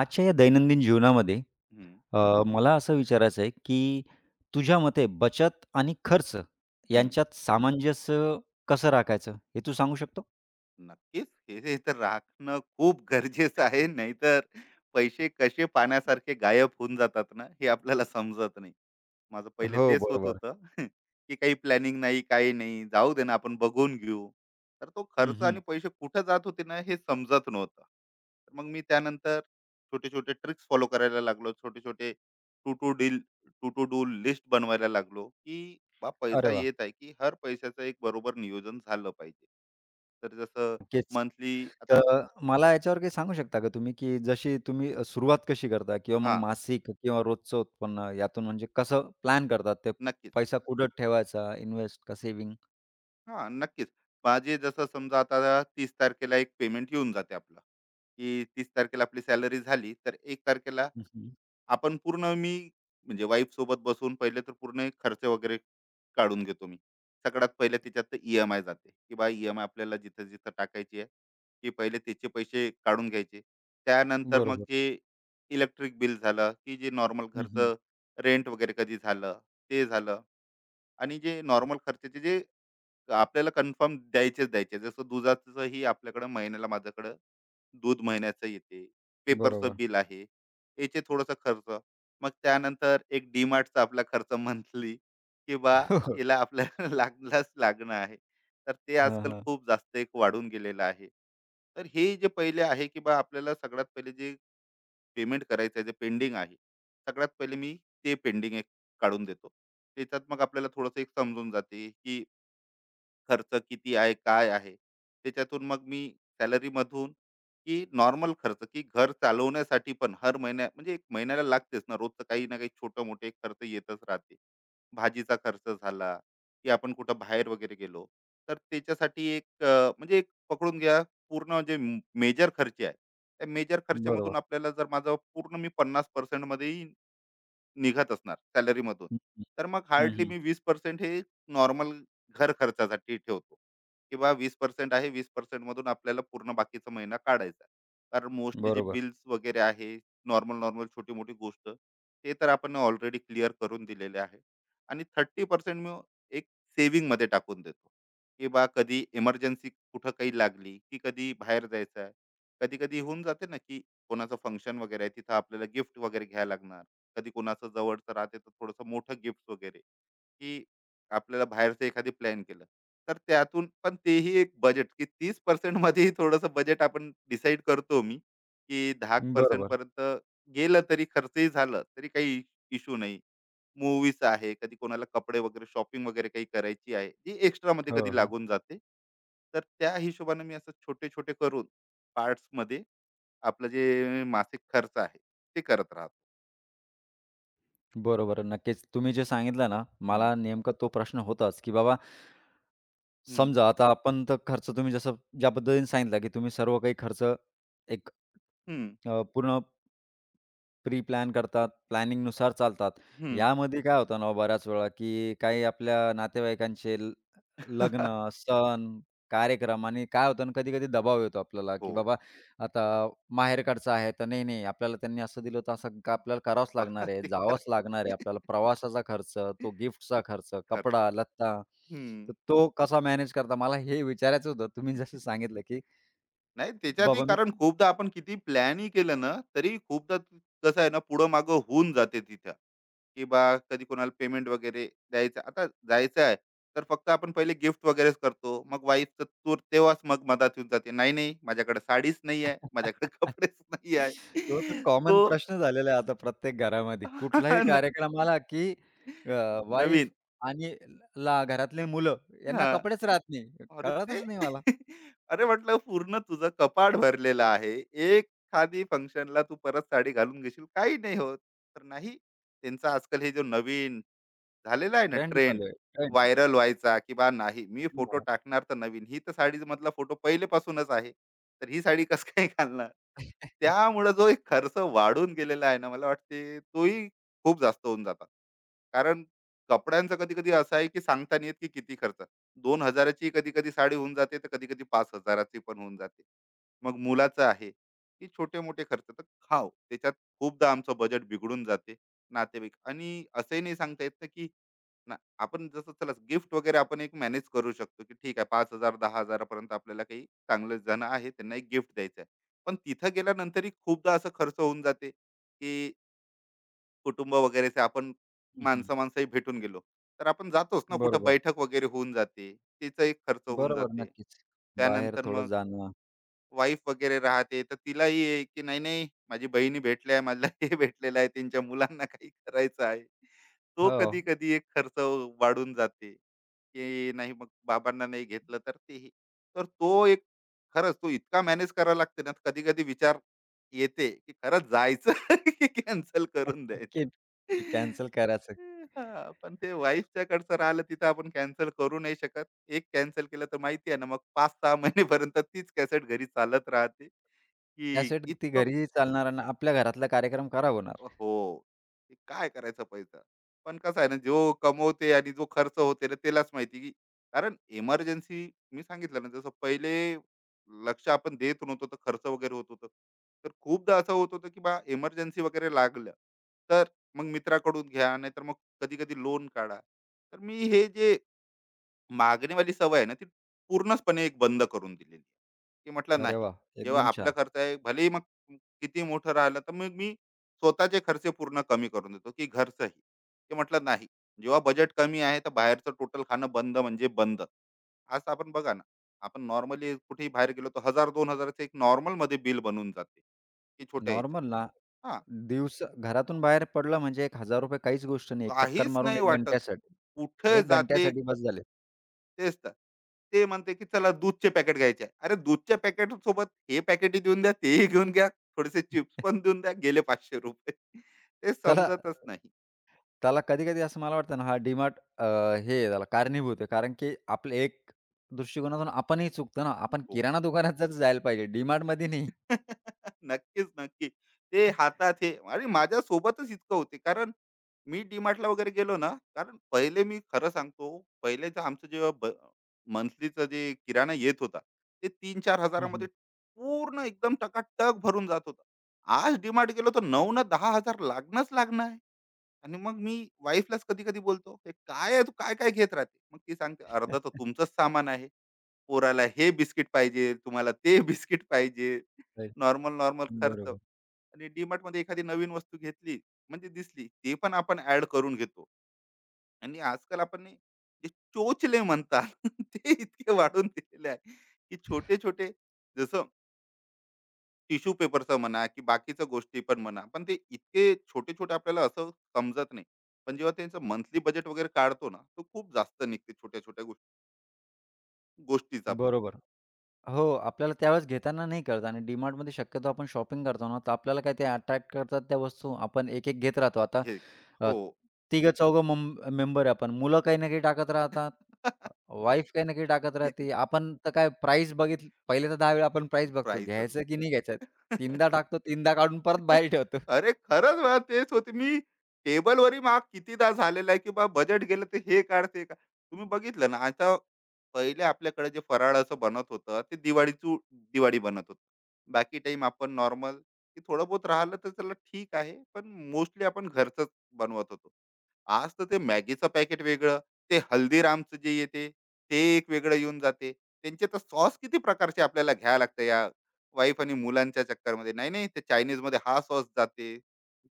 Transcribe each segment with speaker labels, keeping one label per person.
Speaker 1: आजच्या या दैनंदिन जीवनामध्ये
Speaker 2: हं,
Speaker 1: मला असं विचारायचं आहे, की तुझ्या मते बचत आणि खर्च
Speaker 2: हं.
Speaker 1: यांच्यात सामंजस्य कसं राखायचं, हे तू सांगू शकतो?
Speaker 2: नक्कीच. हे जे तर राखणं खूप गरजेचं आहे. नाहीतर पैसे कसे पाण्यासारखे गायब होऊन जातात ना, हे आपल्याला समजत नाही. माझं पहिले
Speaker 1: हो,
Speaker 2: तेच होत
Speaker 1: बरोबर.
Speaker 2: होतं. की काही प्लॅनिंग नाही, काही नाही. जाऊ दे ना, आपण बघून घेऊ. तर तो
Speaker 1: हं,
Speaker 2: खर्च
Speaker 1: हं.
Speaker 2: आणि पैसे कुठे जात होते ना, हे समजत नव्हतं. तर मग मी त्यानंतर छोटे-छोटे ट्रिक्स फॉलो करायला लागलो. छोटे-छोटे to to deal to to do list बनवायला लागलो, की बा पैसा
Speaker 1: अरे वाह!
Speaker 2: येत आहे, की हर पैशाचं एक बरोबर नियोजन झालं पाहिजे. तर जसं
Speaker 1: नक्कीच.
Speaker 2: मंथली आता
Speaker 1: तर मला याच्यावर काही सांगू शकता का तुम्ही, की जशी तुम्ही सुरुवात कशी करता किंवा मग
Speaker 2: हां,
Speaker 1: मासिक किंवा रोजचं उत्पन्न यातून म्हणजे कसं प्लॅन करतात ते?
Speaker 2: नक्कीच.
Speaker 1: पैसा कुठं ठेवायचा, इन्वेस्ट का सेव्हिंग?
Speaker 2: हां, नक्कीच. माझे जसं समजा आता 30 तारखेला एक पेमेंट येऊन जाते आपलं, की 30 तारखेला आपली सॅलरी झाली, तर 1 तारखेला
Speaker 1: हं, हं.
Speaker 2: आपण पूर्ण मी म्हणजे वाईफसोबत बसून पहिले तर पूर्ण खर्च वगैरे काढून घेतो मी. सगळ्यात पहिले तिच्यात तर ई-एम-आय जाते, की बा ई-एम-आय आपल्याला जिथं-जिथं टाकायची आहे, की पहिले त्याचे पैसे काढून घ्यायचे. त्यानंतर मग
Speaker 1: बरोबर.
Speaker 2: जे इलेक्ट्रिक बिल झालं, की जे नॉर्मल
Speaker 1: हं, हं.
Speaker 2: घरचं रेंट वगैरे कधी झालं, ते झालं आणि जे नॉर्मल खर्चाचे जे आपल्याला कन्फर्म द्यायचे. जसं दुधाचंही आपल्याकडं महिन्याला माझ्याकडं दूध महिन्याचं येते. पेपरचं
Speaker 1: बरोबर.
Speaker 2: बिल आहे. याचे थोडासा खर्च. मग त्यानंतर एक DMartचा आपला खर्च मंथली की बा
Speaker 1: हो, हो.
Speaker 2: हिला आपल्याला लागलाच लागणं आहे. तर ते
Speaker 1: हां,
Speaker 2: आजकाल
Speaker 1: हां.
Speaker 2: खूप जास्त एक वाढून गेलेलं आहे. तर हे जे पहिले आहे की बा आपल्याला सगळ्यात पहिले जे पेमेंट करायचं आहे, जे पेंडिंग आहे. सगळ्यात पहिले मी ते पेंडिंग एक काढून देतो. त्याच्यात मग आपल्याला थोडंसं एक समजून जाते की खर्च किती आहे, काय आहे? त्याच्यातून मग मी सॅलरी मधून की नॉर्मल खर्च, की घर चालवण्यासाठी पण हर महिन्या म्हणजे 1 महिन्याला लागतेच ना, रोजचं काही ना काही छोटे-मोठे खर्च येतच राहते. भाजीचा खर्च झाला, की आपण कुठं बाहेर वगैरे गेलो, तर त्याच्यासाठी एक म्हणजे एक पकडून घ्या पूर्ण जे मेजर खर्च आहे, त्या मेजर खर्चामधून
Speaker 1: बरोबर.
Speaker 2: आपल्याला जर माझा पूर्ण मी 50% मध्येही निघत असणार सॅलरीमधून,
Speaker 1: हं, हं.
Speaker 2: तर मग
Speaker 1: हं,
Speaker 2: हार्डली
Speaker 1: हं.
Speaker 2: मी 20% हे नॉर्मल घर खर्चासाठी ठेवतो. किंवा 20% मधून आपल्याला पूर्ण बाकीचा महिना काढायचा आहे. कारण मोस्टली जे
Speaker 1: बरोबर.
Speaker 2: बिल्स वगैरे आहे नॉर्मल नॉर्मल छोटी मोठी गोष्ट ते तर आपण ऑलरेडी क्लिअर करून दिलेले आहे आणि 30% मी एक सेव्हिंग मध्ये टाकून देतो की बा कधी इमर्जन्सी कुठं काही लागली की कधी बाहेर जायचं आहे कधी कधी होऊन जाते ना की कोणाचं फंक्शन वगैरे आहे तिथं आपल्याला गिफ्ट वगैरे घ्यायला लागणार कधी कोणाचं जवळचं राहते तर थोडंसं मोठं गिफ्ट वगैरे की आपल्याला बाहेरचं एखादी प्लॅन केलं तर त्यातून पण तेही एक बजेट की 30% मध्येही थोडंसं बजेट आपण डिसाईड करतो मी, की 10%
Speaker 1: बरोबर.
Speaker 2: पर्यंत गेलं तरी खर्चही झालं तरी काही इश्यू नाही. मूव्हीज आहे, कधी कोणाला कपडे वगैरे शॉपिंग वगैरे काही करायची आहे, जी एक्स्ट्रामध्ये
Speaker 1: हो,
Speaker 2: कधी
Speaker 1: हो.
Speaker 2: लागून जाते. तर त्या हिशोबाने मी असं छोटे-छोटे करून पार्ट्समध्ये आपलं जे मासिक खर्च आहे, ते करत राहतो.
Speaker 1: बरोबर. नक्कीच. तुम्ही जे सांगितलं ना,
Speaker 2: हं,
Speaker 1: मला नेमका तो प्रश्न होताच, की बाबा
Speaker 2: हं,
Speaker 1: समजा आता आपण तर खर्च तुम्ही जसं ज्या पद्धतीने सांगितलं, की तुम्ही सर्व काही खर्च एक
Speaker 2: हं,
Speaker 1: पूर्ण प्री प्लॅन करतात, प्लॅनिंगनुसार चालतात.
Speaker 2: हं.
Speaker 1: यामध्ये काय होतं ना हो बऱ्याच वेळा, की काही आपल्या नातेवाईकांचे लग्न, सण, कार्यक्रम आणि काय होतं ना कधी-कधी दबाव येतो आपल्याला, की
Speaker 2: हो.
Speaker 1: बाबा आता माहेरकडचं आहे तर नाही-नाही आपल्याला त्यांनी असं दिलं तर असं का आपल्याला करावंच
Speaker 2: वाह!
Speaker 1: लागणार आहे,
Speaker 2: ते खरं
Speaker 1: जावंच लागणार आहे आपल्याला. प्रवासाचा खर्च, तो गिफ्टचा खर्च,
Speaker 2: खर्च.
Speaker 1: कपडा, लत्ता, तर
Speaker 2: हं.
Speaker 1: तो कसा मॅनेज करता? मला हे विचारायचं होतं. तुम्ही जसं सांगितलं, की
Speaker 2: नाही त्याच्यातही
Speaker 1: बाबा मी
Speaker 2: कारण खूपदा आपण किती प्लॅनही केलं ना तरी खूपदा कसं आहे ना पुढं मागं होऊन जाते तिथं की बा कधी कोणाला पेमेंट वगैरे द्यायचं आता जायचं आहे तर फक्त आपण पहिले गिफ्ट वगैरेच करतो मग वाईफचं तूर तेव्हाच मग मदत येऊन जाते नाही नाही माझ्याकडे साडीच नाही आहे माझ्याकडे कपडेच नाही
Speaker 1: तो तर
Speaker 2: आहे
Speaker 1: कॉमन
Speaker 2: तो
Speaker 1: प्रश्न झालेला आहे आता प्रत्येक घरामध्ये. कुठलाही
Speaker 2: हा ना,
Speaker 1: कार्यक्रम आला, की अ,
Speaker 2: नवीन
Speaker 1: वाईफ आणि ला घरातले मुलं यांना
Speaker 2: हा
Speaker 1: कपडेच राहत नाही.
Speaker 2: अरे ते.
Speaker 1: कळतच नाही मला.
Speaker 2: अरे म्हटलं पूर्ण तुझं कपाट भरलेलं आहे. एखादी फंक्शनला तू परत साडी घालून घेशील, काही नाही होत. तर नाही, त्यांचा आजकाल हे जो नवीन झालेला आहे ना
Speaker 1: ट्रेंड
Speaker 2: ट्रेंड,
Speaker 1: चालू आहे. ट्रेंड.
Speaker 2: व्हायरल व्हायचा की बा नाही मी फोटो
Speaker 1: हां.
Speaker 2: टाकणार तर नवीन. ही तर साडीमधला फोटो पहिलेपासूनच आहे. तर ही साडी कसं काय घालणार? त्यामुळं जो एक खर्च वाढून गेलेला आहे ना, मला वाटते तोही खूप जास्त होऊन जातात. कारण कपड्यांचा कधी-कधी असा आहे की सांगता नाही येत की किती खर्च. दोन हजाराची कधी कधी साडी होऊन जाते तर कधी कधी पाच हजाराची पण होऊन जाते मग मुलाचं आहे की छोटे मोठे खर्च तर खाव त्याच्यात खूपदा आमचं बजेट बिघडून जाते नातेवाईक आणि असंही नाही सांगता येत ना की ना आपण जसं चला गिफ्ट वगैरे आपण एक मॅनेज करू शकतो की ठीक आहे पाच हजार दहा हजारापर्यंत आपल्याला काही चांगले जण आहे त्यांना एक गिफ्ट द्यायचं आहे पण तिथं गेल्यानंतरही खूपदा असं खर्च होऊन जाते की कुटुंब वगैरेचे आपण
Speaker 1: हं, हं.
Speaker 2: माणसं माणसंही भेटून गेलो तर आपण जातोच ना कुठं
Speaker 1: बरोबर.
Speaker 2: बैठक वगैरे होऊन जाते तिचा एक खर्च होऊन
Speaker 1: बरोबर.
Speaker 2: जाते
Speaker 1: नक्कीच. बाहेर
Speaker 2: त्यानंतर
Speaker 1: थोडं
Speaker 2: मग
Speaker 1: जाणं.
Speaker 2: वाईफ वगैरे राहते तर तिलाही आहे की नाही नाही माझी बहिणी भेटल्या आहे मला हे भेटलेलं आहे त्यांच्या मुलांना काही करायचं आहे तो
Speaker 1: हो.
Speaker 2: कधी कधी एक खर्च वाढून जाते की नाही मग बाबांना नाही घेतलं तर तेही तर तो एक खरंच तो इतका मॅनेज करावा लागते ना कधी कधी विचार येते की खरंच जायचं की कॅन्सल करून द्यायचं.
Speaker 1: की कॅन्सल करायचं.
Speaker 2: हा, पण ते वाईफच्या कडचं राहिलं तिथं आपण कॅन्सल करू नाही शकत एक कॅन्सल केलं तर माहिती आहे ना मग पाच सहा महिनेपर्यंत तीच कॅसेट घरी चालत राहते की
Speaker 1: त्यासाठी ती
Speaker 2: इतकं
Speaker 1: घरीही चालणार आणि आपल्या घरातला कार्यक्रम खराब होणार.
Speaker 2: हो. ते काय करायचा पैसा? पण कसं आहे ना, जो कमवते आणि जो खर्च होते ना, त्यालाच माहिती, की कारण इमर्जन्सी मी सांगितलं ना, जसं पहिले लक्ष आपण देत नव्हतो, तर खर्च वगैरे होत होतं. तर खूपदा असं होत होतं, की बा इमर्जन्सी वगैरे लागलं, तर मग मित्राकडून घ्या, नाहीतर मग कधी-कधी लोन काढा. तर मी हे जे मागणीवाली सवय आहे ना, ती पूर्णचपणे एक बंद करून दिलेली आहे. की म्हटलं
Speaker 1: अरे
Speaker 2: नाही,
Speaker 1: वाह!
Speaker 2: जेव्हा
Speaker 1: एकदम
Speaker 2: आपला
Speaker 1: छान.
Speaker 2: खर्च आहे भलेही मग किती मोठं राहिलं, तर मग मी स्वतःचे खर्च पूर्ण कमी करून देतो, की घरचंही. ते म्हटलं नाही, जेव्हा बजेट कमी आहे, तर बाहेरचं टोटल खाणं बंद म्हणजे बंद. आज आपण बघा ना, आपण नॉर्मली कुठेही बाहेर गेलो, तर 1000-2000 चं एक नॉर्मलमध्ये बिल बनून जाते, की छोट्या ह्याच्या.
Speaker 1: नॉर्मल ना
Speaker 2: हां,
Speaker 1: दिवस घरातून बाहेर पडलं म्हणजे एक ₹1000 काहीच गोष्ट नाही. एक चक्कर
Speaker 2: काहीच
Speaker 1: मारून
Speaker 2: नाही
Speaker 1: 1
Speaker 2: वाटत.
Speaker 1: घंट्यासाठी.
Speaker 2: कुठे
Speaker 1: एक
Speaker 2: जाते,
Speaker 1: घंट्यासाठी बस झाले.
Speaker 2: तेच तर. ते म्हणते की चला दूधचे पॅकेट घ्यायचे आहे. अरे दूधच्या पॅकेट सोबत हे पॅकेटही देऊन द्या, तेही घेऊन घ्या. थोडेसे चिप्स पण देऊन द्या. गेले ₹500. ते
Speaker 1: त्याला
Speaker 2: समजतच नाही.
Speaker 1: त्याला कधी-कधी असं मला वाटतं ना, हा डी हे आहे त्याला कारणीभूत आहे. कारण की आपलं एक दृष्टिकोनातून आपणही चुकतो ना. आपण
Speaker 2: हो.
Speaker 1: किराणा दुकानात जर जायला पाहिजे, डी-मार्टमध्ये नाही.
Speaker 2: नक्कीच, नक्की. ते हातात हे आणि माझ्यासोबतच इतकं होते. कारण मी डी-मार्टला वगैरे गेलो ना, कारण पहिले मी खरं सांगतो, पहिलेचं आमचं जेव्हा मंथलीचं जे किराणा येत होता, ते 3-4 मध्ये
Speaker 1: हं,
Speaker 2: पूर्ण एकदम टकाटक भरून जात होतं. आज गेलो तर 9,000-10,000 लागणंच लागणं आहे. आणि मग मी वाईफलाच कधी-कधी बोलतो, "हे काय आहे, तू काय-काय घेत राहते?" मग ती सांगते, "अर्ध तर तुमचंच सामान आहे." पोराला हे बिस्किट पाहिजे, तुम्हाला ते बिस्किट पाहिजे. नॉर्मल, नॉर्मल खर्च
Speaker 1: बरोबर.
Speaker 2: आणि DMartमध्ये एखादी नवीन वस्तू घेतली, म्हणजे दिसली, ते पण आपण ॲड करून घेतो आणि आजकाल आपण नाही, जे चोचले म्हणतात ते इतके वाढून दिलेले आहे, की छोटे-छोटे जसं टिश्यू पेपरचं म्हणा, की बाकीच्या गोष्टी पण म्हणा, पण ते इतके छोटे-छोटे आपल्याला असं समजत नाही. पण जेव्हा त्यांचं मंथली बजेट वगैरे काढतो ना, तो खूप जास्त निघते छोट्या-छोट्या गोष्टीचा पण.
Speaker 1: बरोबर. हो, आपल्याला त्यावेळेस घेताना नाही कळत आणि DMartमध्ये शक्यतो आपण शॉपिंग करतो ना, तर आपल्याला काय ते अट्रॅक्ट करतात त्या वस्तू. आपण एक-एक घेत राहतो. आता
Speaker 2: घे
Speaker 1: अ,
Speaker 2: हो.
Speaker 1: तिघं-चौघं मेंबर आहे आपण. मुलं काही ना काही टाकत राहतात. वाईफ काही ना काही टाकत राहते. आपण तर काय प्राईस बघितली पहिले तर 10 वेळा आपण प्राईस बघतो.
Speaker 2: प्राईसच.
Speaker 1: घ्यायचं की नाही घ्यायचं. तीनदा टाकतो, तीनदा काढून परत बाहेर ठेवतो.
Speaker 2: अरे खरंच बा तेच होते. मी टेबलवरही माग कितीदा झालेला आहे, की बा बजेट गेलं ते हे काढ, ते काढ. तुम्ही बघितलं ना आता पहिले आपल्याकडे जे फराळाचं बनत होतं, ते दिवाळी बनत होतं. बाकी टाइम आपण नॉर्मल, की थोडं बहुत राहिलं तर चला ठीक आहे. पण मोस्टली आपण घरचंच बनवत होतो. आज तर ते मॅगीचं पॅकेट वेगळं, ते हल्दीरामचं जे येते, ते एक वेगळं येऊन जाते. त्यांचे तर सॉस किती प्रकारचे आपल्याला घ्यावे लागते या वाईफ आणि मुलांच्या चक्करमध्ये. नाही, नाही, ते चायनीजमध्ये हा सॉस जाते,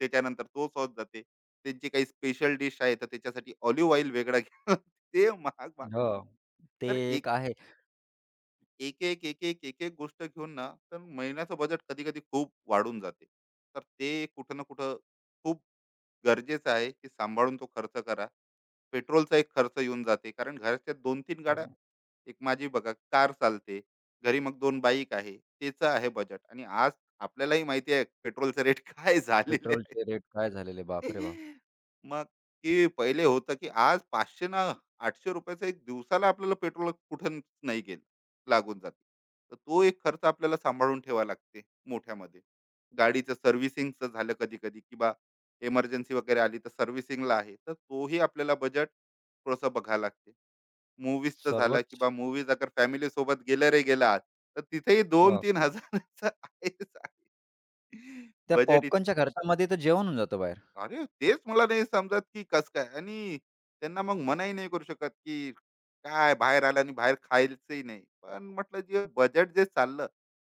Speaker 2: त्याच्यानंतर तो सॉस जाते. त्यांची काही स्पेशल डिश आहे, तर त्याच्यासाठी ऑलिव्ह ऑइल वेगळं घ्यावं. ते महाग-महाग.
Speaker 1: हो. ते
Speaker 2: तर एक
Speaker 1: एक आहे.
Speaker 2: एक-एक, एक-एक, एक-एक गोष्ट घेऊन ना, तर महिन्याचं बजेट कधी-कधी खूप वाढून जाते. तर ते कुठं ना कुठं खूप गरजेचं आहे, की सांभाळून तो खर्च करा. पेट्रोलचा एक खर्च येऊन जाते कारण घरच्या दोन 3 गाड्या
Speaker 1: हो
Speaker 2: एक माझी बघा कार चालते. घरी मग दोन बाईक आहे. त्याचं आहे बजेट आणि आज आपल्यालाही माहिती आहे पेट्रोलचे रेट काय झालेले आहे.
Speaker 1: पेट्रोलचे रेट काय झालेले, बापरे बाप!
Speaker 2: मग ते पहिले होतं, की आज 500 ना ₹800 चा एक दिवसाला आपल्याला पेट्रोल कुठून नाही गेलं, लागून जाते. तर तो एक खर्च आपल्याला सांभाळून ठेवावा लागते मोठ्यामध्ये. गाडीचं सर्व्हिसिंगचं झालं कधी-कधी की इमर्जन्सी वगैरे आली तर सर्व्हिसिंगला आहे तर तोही आपल्याला बजेट थोडंसं बघावं लागते. मूव्हीजचं झालं की
Speaker 1: सर्वच
Speaker 2: बा मूव्हीज अगर फॅमिली सोबत गेले रे गेलात तर तिथेही
Speaker 1: बाप!
Speaker 2: 2-3000 चं आहेच आहे.
Speaker 1: त्या
Speaker 2: बजेट
Speaker 1: पॉपकॉर्नच्या खर्चामध्ये तर जेवण होऊन जातं बाहेर.
Speaker 2: अरे, तेच मला नाही समजत की कसं काय? आणि त्यांना मग मनाही नाही करू शकत की काय बाहेर आलं आणि बाहेर खायचंही नाही. पण म्हटलं जे बजेट जे चाललं,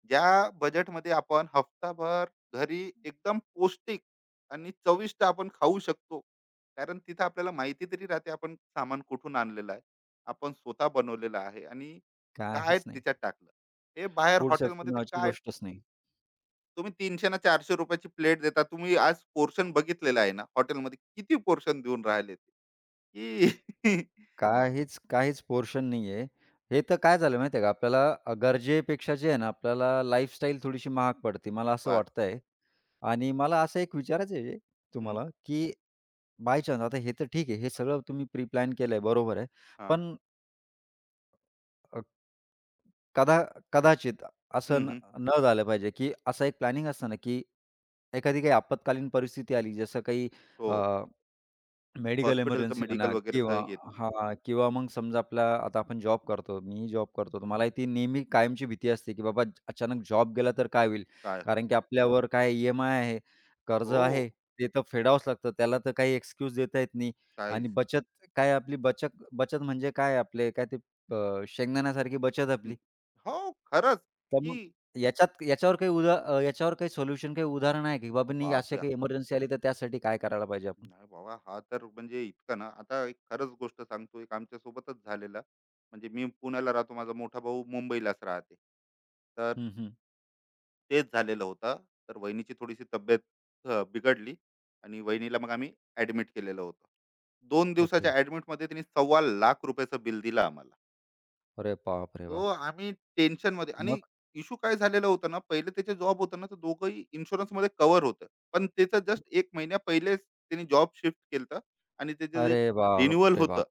Speaker 2: ज्या बजेटमध्ये आपण हफ्ताभर घरी एकदम पौष्टिक आणि चविष्ट आपण खाऊ शकतो. कारण तिथं आपल्याला माहिती तरी राहते आपण सामान कुठून आणलेलं आहे. आपण स्वतः बनवलेलं आहे आणि काय
Speaker 1: काहीच नाही.
Speaker 2: त्याच्यात टाकलं. हे बाहेर
Speaker 1: फूड सेफ्टी
Speaker 2: हॉटेलमध्ये ते
Speaker 1: नावाची
Speaker 2: काय
Speaker 1: गोष्टच नाही.
Speaker 2: तुम्ही 300 ना ₹400 ची प्लेट देता. तुम्ही आज पोर्शन बघितलेला आहे ना हॉटेलमध्ये किती पोर्शन देऊन राहिले ते, की.
Speaker 1: काहीच, काहीच पोर्शन नाही आहे. हे तर काय झालं माहिती आहे का, आपल्याला गरजेपेक्षा जे आहे ना, आपल्याला लाईफस्टाईल थोडीशी महाग पडते, मला असं
Speaker 2: बास.
Speaker 1: वाटतंय. आणि मला असं एक विचारायचं आहे
Speaker 2: हं,
Speaker 1: तुम्हाला, की बाय चान्स आता हे तर ठीक आहे, हे सगळं तुम्ही प्री प्लॅन केलंय, बरोबर आहे.
Speaker 2: हां.
Speaker 1: पण अ, कदा कदाचित असं
Speaker 2: हं,
Speaker 1: न
Speaker 2: हं.
Speaker 1: न झालं पाहिजे, की असं एक प्लॅनिंग असतं ना, की एखादी काही आपत्कालीन परिस्थिती आली, जसं काही
Speaker 2: हो.
Speaker 1: मेडिकल
Speaker 2: हॉस्पिटलचं,
Speaker 1: इमर्जन्सी म्हणा
Speaker 2: मेडिकल
Speaker 1: किंवा
Speaker 2: वगैरेचं येते.
Speaker 1: हां, किंवा मग समजा आपला आता आपण जॉब करतो, मीही जॉब करतो, तर मला ती नेहमी कायमची भीती असते, की बाबा अचानक जॉब गेला तर काय होईल?
Speaker 2: काय होणार?
Speaker 1: कारण की आपल्यावर काय ई-एम-आय आहे, कर्ज
Speaker 2: हो,
Speaker 1: आहे, ते तर फेडावंच लागतं. त्याला तर काही एक्सक्यूज देता येत नाही आणि
Speaker 2: काहीच.
Speaker 1: बचत काय आपली बचत बचत म्हणजे काय आपले काय ते शेंगदाण्यासारखी बचत
Speaker 2: हं.
Speaker 1: आपली.
Speaker 2: हो, खरंच,
Speaker 1: तर
Speaker 2: की
Speaker 1: मग याच्यावर काही याच्यावर काही सोल्युशन काही उदाहरण आहे की बाबा नाही अशी
Speaker 2: बापरे!
Speaker 1: काही इमर्जन्सी आली तर त्यासाठी काय करायला पाहिजे आपण?
Speaker 2: नाही बाबा, हा तर म्हणजे इतका ना आता एक खरंच गोष्ट सांगतो, एक आमच्यासोबतच झालेलं. म्हणजे मी पुण्याला राहतो, माझा मोठा भाऊ मुंबईलाच राहते. तर
Speaker 1: हं, हं.
Speaker 2: तेच झालेलं होतं. तर वहिनीची थोडीशी तब्येत बिघडली आणि वहिनीला मग आम्ही ॲडमिट केलेलं होतं. 2 दिवसाच्या
Speaker 1: ओके.
Speaker 2: ॲडमिटमध्ये त्यांनी ₹1,25,00,000 बिल दिलं आम्हाला.
Speaker 1: अरे बाप रे
Speaker 2: तो
Speaker 1: बाप!
Speaker 2: आम्ही टेन्शनमध्ये आणि
Speaker 1: मग?
Speaker 2: इश्यू काय झालेला होता ना, पहिले त्याचे जॉब होतं ना, तर दोघंही इन्शुरन्समध्ये कव्हर होतं. पण त्याचं जस्ट 1 महिन्या पहिलेच त्यांनी जॉब शिफ्ट केलं आणि त्याचं जे
Speaker 1: अरे बाप
Speaker 2: रिन्युअल
Speaker 1: रे
Speaker 2: होतं
Speaker 1: बाप!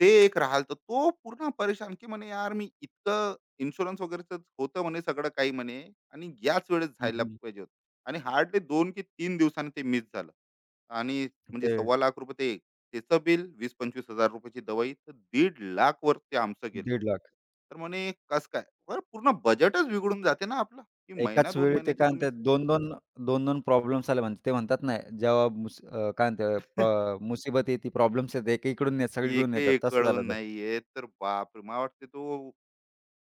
Speaker 2: ते एक राहिलं, तर तो पूर्ण परेशान, की म्हणे यार मी इतकं इन्शुरन्स वगैरेचं होतं म्हणे सगळं काही म्हणे आणि याच वेळेस
Speaker 1: हं,
Speaker 2: झायला
Speaker 1: हं.
Speaker 2: पाहिजे होतं. आणि हार्डली दोन की तीन दिवसांनी ते मिस झालं आणि म्हणजे
Speaker 1: ते
Speaker 2: ₹1,25,000 ते त्याचं बिल, 20-25,000 रुपयाची दवाई, तर 1,50,000 वर ते आमचं गेलं. तर
Speaker 1: 1,50,000
Speaker 2: म्हणे कसं काय? बरं पूर्ण बजेटच बिघडून जाते ना आपलं, की महिना
Speaker 1: एकाच
Speaker 2: 2
Speaker 1: वेळी ते
Speaker 2: महिन्याची
Speaker 1: काय
Speaker 2: तुम्ही.
Speaker 1: म्हणतात 2-2 2-2 प्रॉब्लेम्स आले म्हणतात. ते म्हणतात ना जेव्हा काय म्हणतात मुसीबत येते, प्रॉब्लेम्स येते, एकीकडून येत सगळीकडून येतात.
Speaker 2: हे
Speaker 1: तसं
Speaker 2: कळून
Speaker 1: झालं ते.
Speaker 2: नाही येत, तर बापरे! मला वाटते तो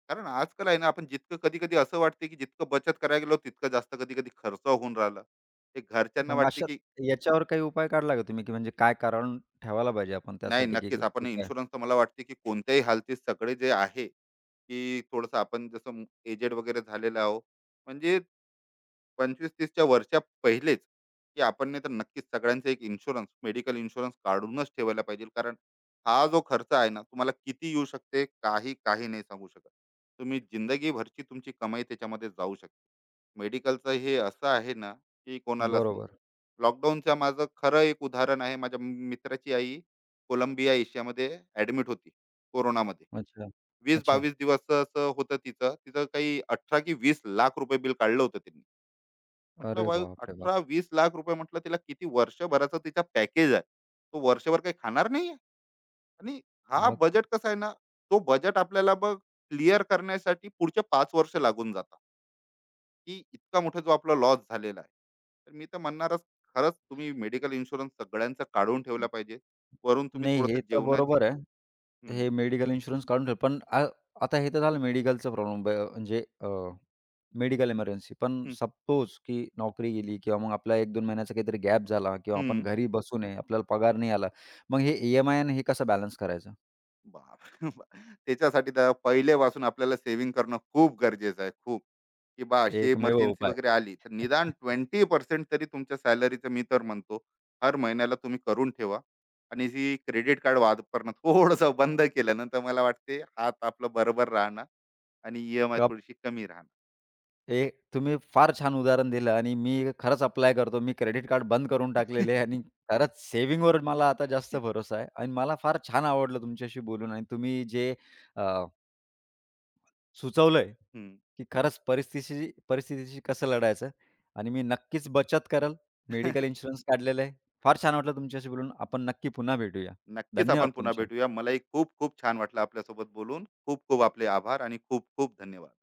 Speaker 2: कारण आजकाल आहे ना आपण जितकं कधी कधी असं वाटते की जितकं बचत करायला गेलो तितकं जास्त कधी कधी खर्च होऊन राहिला ते घरच्यांना
Speaker 1: मग
Speaker 2: वाटते
Speaker 1: अशा
Speaker 2: की
Speaker 1: याच्यावर काही उपाय काढला का तुम्ही, की म्हणजे काय कारण ठेवायला पाहिजे आपण
Speaker 2: नाही
Speaker 1: त्यासाठी, की
Speaker 2: नक्कीच आपण
Speaker 1: की काय?
Speaker 2: इन्शुरन्स तर मला वाटते की कोणत्याही हालतीत सगळे जे आहे की थोडंसं आपण जसं एजेड वगैरे झालेलं आहो म्हणजे पंचवीस तीसच्या वरच्या पहिलेच की आपण नाही तर नक्कीच सगळ्यांचा एक इन्शुरन्स मेडिकल इन्शुरन्स काढूनच ठेवायला पाहिजे कारण हा जो खर्च आहे ना तुम्हाला किती येऊ शकते काही काही नाही सांगू शकत तुम्ही जिंदगीभरची तुमची कमाई त्याच्यामध्ये जाऊ शकते मेडिकलचं हे असं आहे ना, की कोणालाच नाही.
Speaker 1: बरोबर.
Speaker 2: लॉकडाऊनचं माझं खरं एक उदाहरण आहे. माझ्या मित्राची आई कोलंबिया एशियामध्ये ॲडमिट होती कोरोनामध्ये.
Speaker 1: अच्छा. अच्छा.
Speaker 2: 20-22 दिवसाचं होतं तिचं. तिचं काही 18 की ₹20,00,000 बिल काढलं होतं त्यांनी. म्हटलं
Speaker 1: अरे
Speaker 2: भाऊ
Speaker 1: बाप रे बाप!
Speaker 2: ₹18,00,000-20,00,000 म्हटलं तिला किती वर्षभराचा तिचा पॅकेज आहे. तो वर्षभर काही खाणार नाहीये आणि हा
Speaker 1: मग?
Speaker 2: बजेट कसा आहे ना, तो बजेट आपल्याला मग क्लिअर करण्यासाठी पुढचे 5 वर्ष लागून जातात, की इतका मोठा जो आपला लॉस झालेला आहे. तर मी तर म्हणणारच खरंच तुम्ही मेडिकल इन्शुरन्स सगळ्यांचा काढून ठेवला पाहिजे. वरून तुम्ही
Speaker 1: नाही, हे
Speaker 2: थोडंसं
Speaker 1: तर
Speaker 2: जेवणाची
Speaker 1: बरोबर आहे.
Speaker 2: हं,
Speaker 1: हे मेडिकल इन्शुरन्स काढून ठेवलं. पण आता हे तर झालं मेडिकलचा प्रॉब्लेम म्हणजे मेडिकल इमर्जन्सी. पण
Speaker 2: हं,
Speaker 1: सपोज की नोकरी गेली किंवा मग आपला 1-2 महिन्याचा काहीतरी गॅप झाला किंवा आपण
Speaker 2: हं.
Speaker 1: घरी बसू नये, आपल्याला पगार नाही आला. मग हे ई-एम-आय आणि हे कसं बॅलन्स करायचं?
Speaker 2: बापरे बाप! बा- त्याच्यासाठी तर पहिलेपासून आपल्याला सेव्हिंग करणं खूप गरजेचं आहे खूप. की बा अशी
Speaker 1: एकमेव
Speaker 2: इमर्जन्सी
Speaker 1: उपाय.
Speaker 2: वगैरे आली तर निदान 20% तरी तुमच्या सॅलरीचं मी तर म्हणतो हर महिन्याला तुम्ही करून ठेवा. आणि जी क्रेडिट कार्ड वापरणं थोडंसं बंद केलं ना, तर मला वाटते हात आपलं बरोबर राहणार आणि ई-एम-आय
Speaker 1: कप
Speaker 2: थोडीशी कमी राहणार.
Speaker 1: हे तुम्ही फार छान उदाहरण दिलं आणि मी खरंच अप्लाय करतो. मी क्रेडिट कार्ड बंद करून टाकलेले आहे आणि खरंच सेव्हिंगवर मला आता जास्त भरोसा आहे आणि मला फार छान आवडलं तुमच्याशी बोलून आणि तुम्ही जे अ, सुचवलंय
Speaker 2: हं.
Speaker 1: की खरंच परिस्थितीशी परिस्थितीशी कसं लढायचं आणि मी नक्कीच बचत करेल. मेडिकल इन्शुरन्स काढलेला आहे. फार छान वाटलं तुमच्याशी बोलून. आपण नक्की पुन्हा भेटूया.
Speaker 2: नक्कीच
Speaker 1: धन्यवाद
Speaker 2: आपण पुन्हा
Speaker 1: तुमचे.
Speaker 2: भेटूया मलाही खूप खूप छान वाटलं आपल्यासोबत बोलून खूप खूप आपले आभार आणि खूप खूप धन्यवाद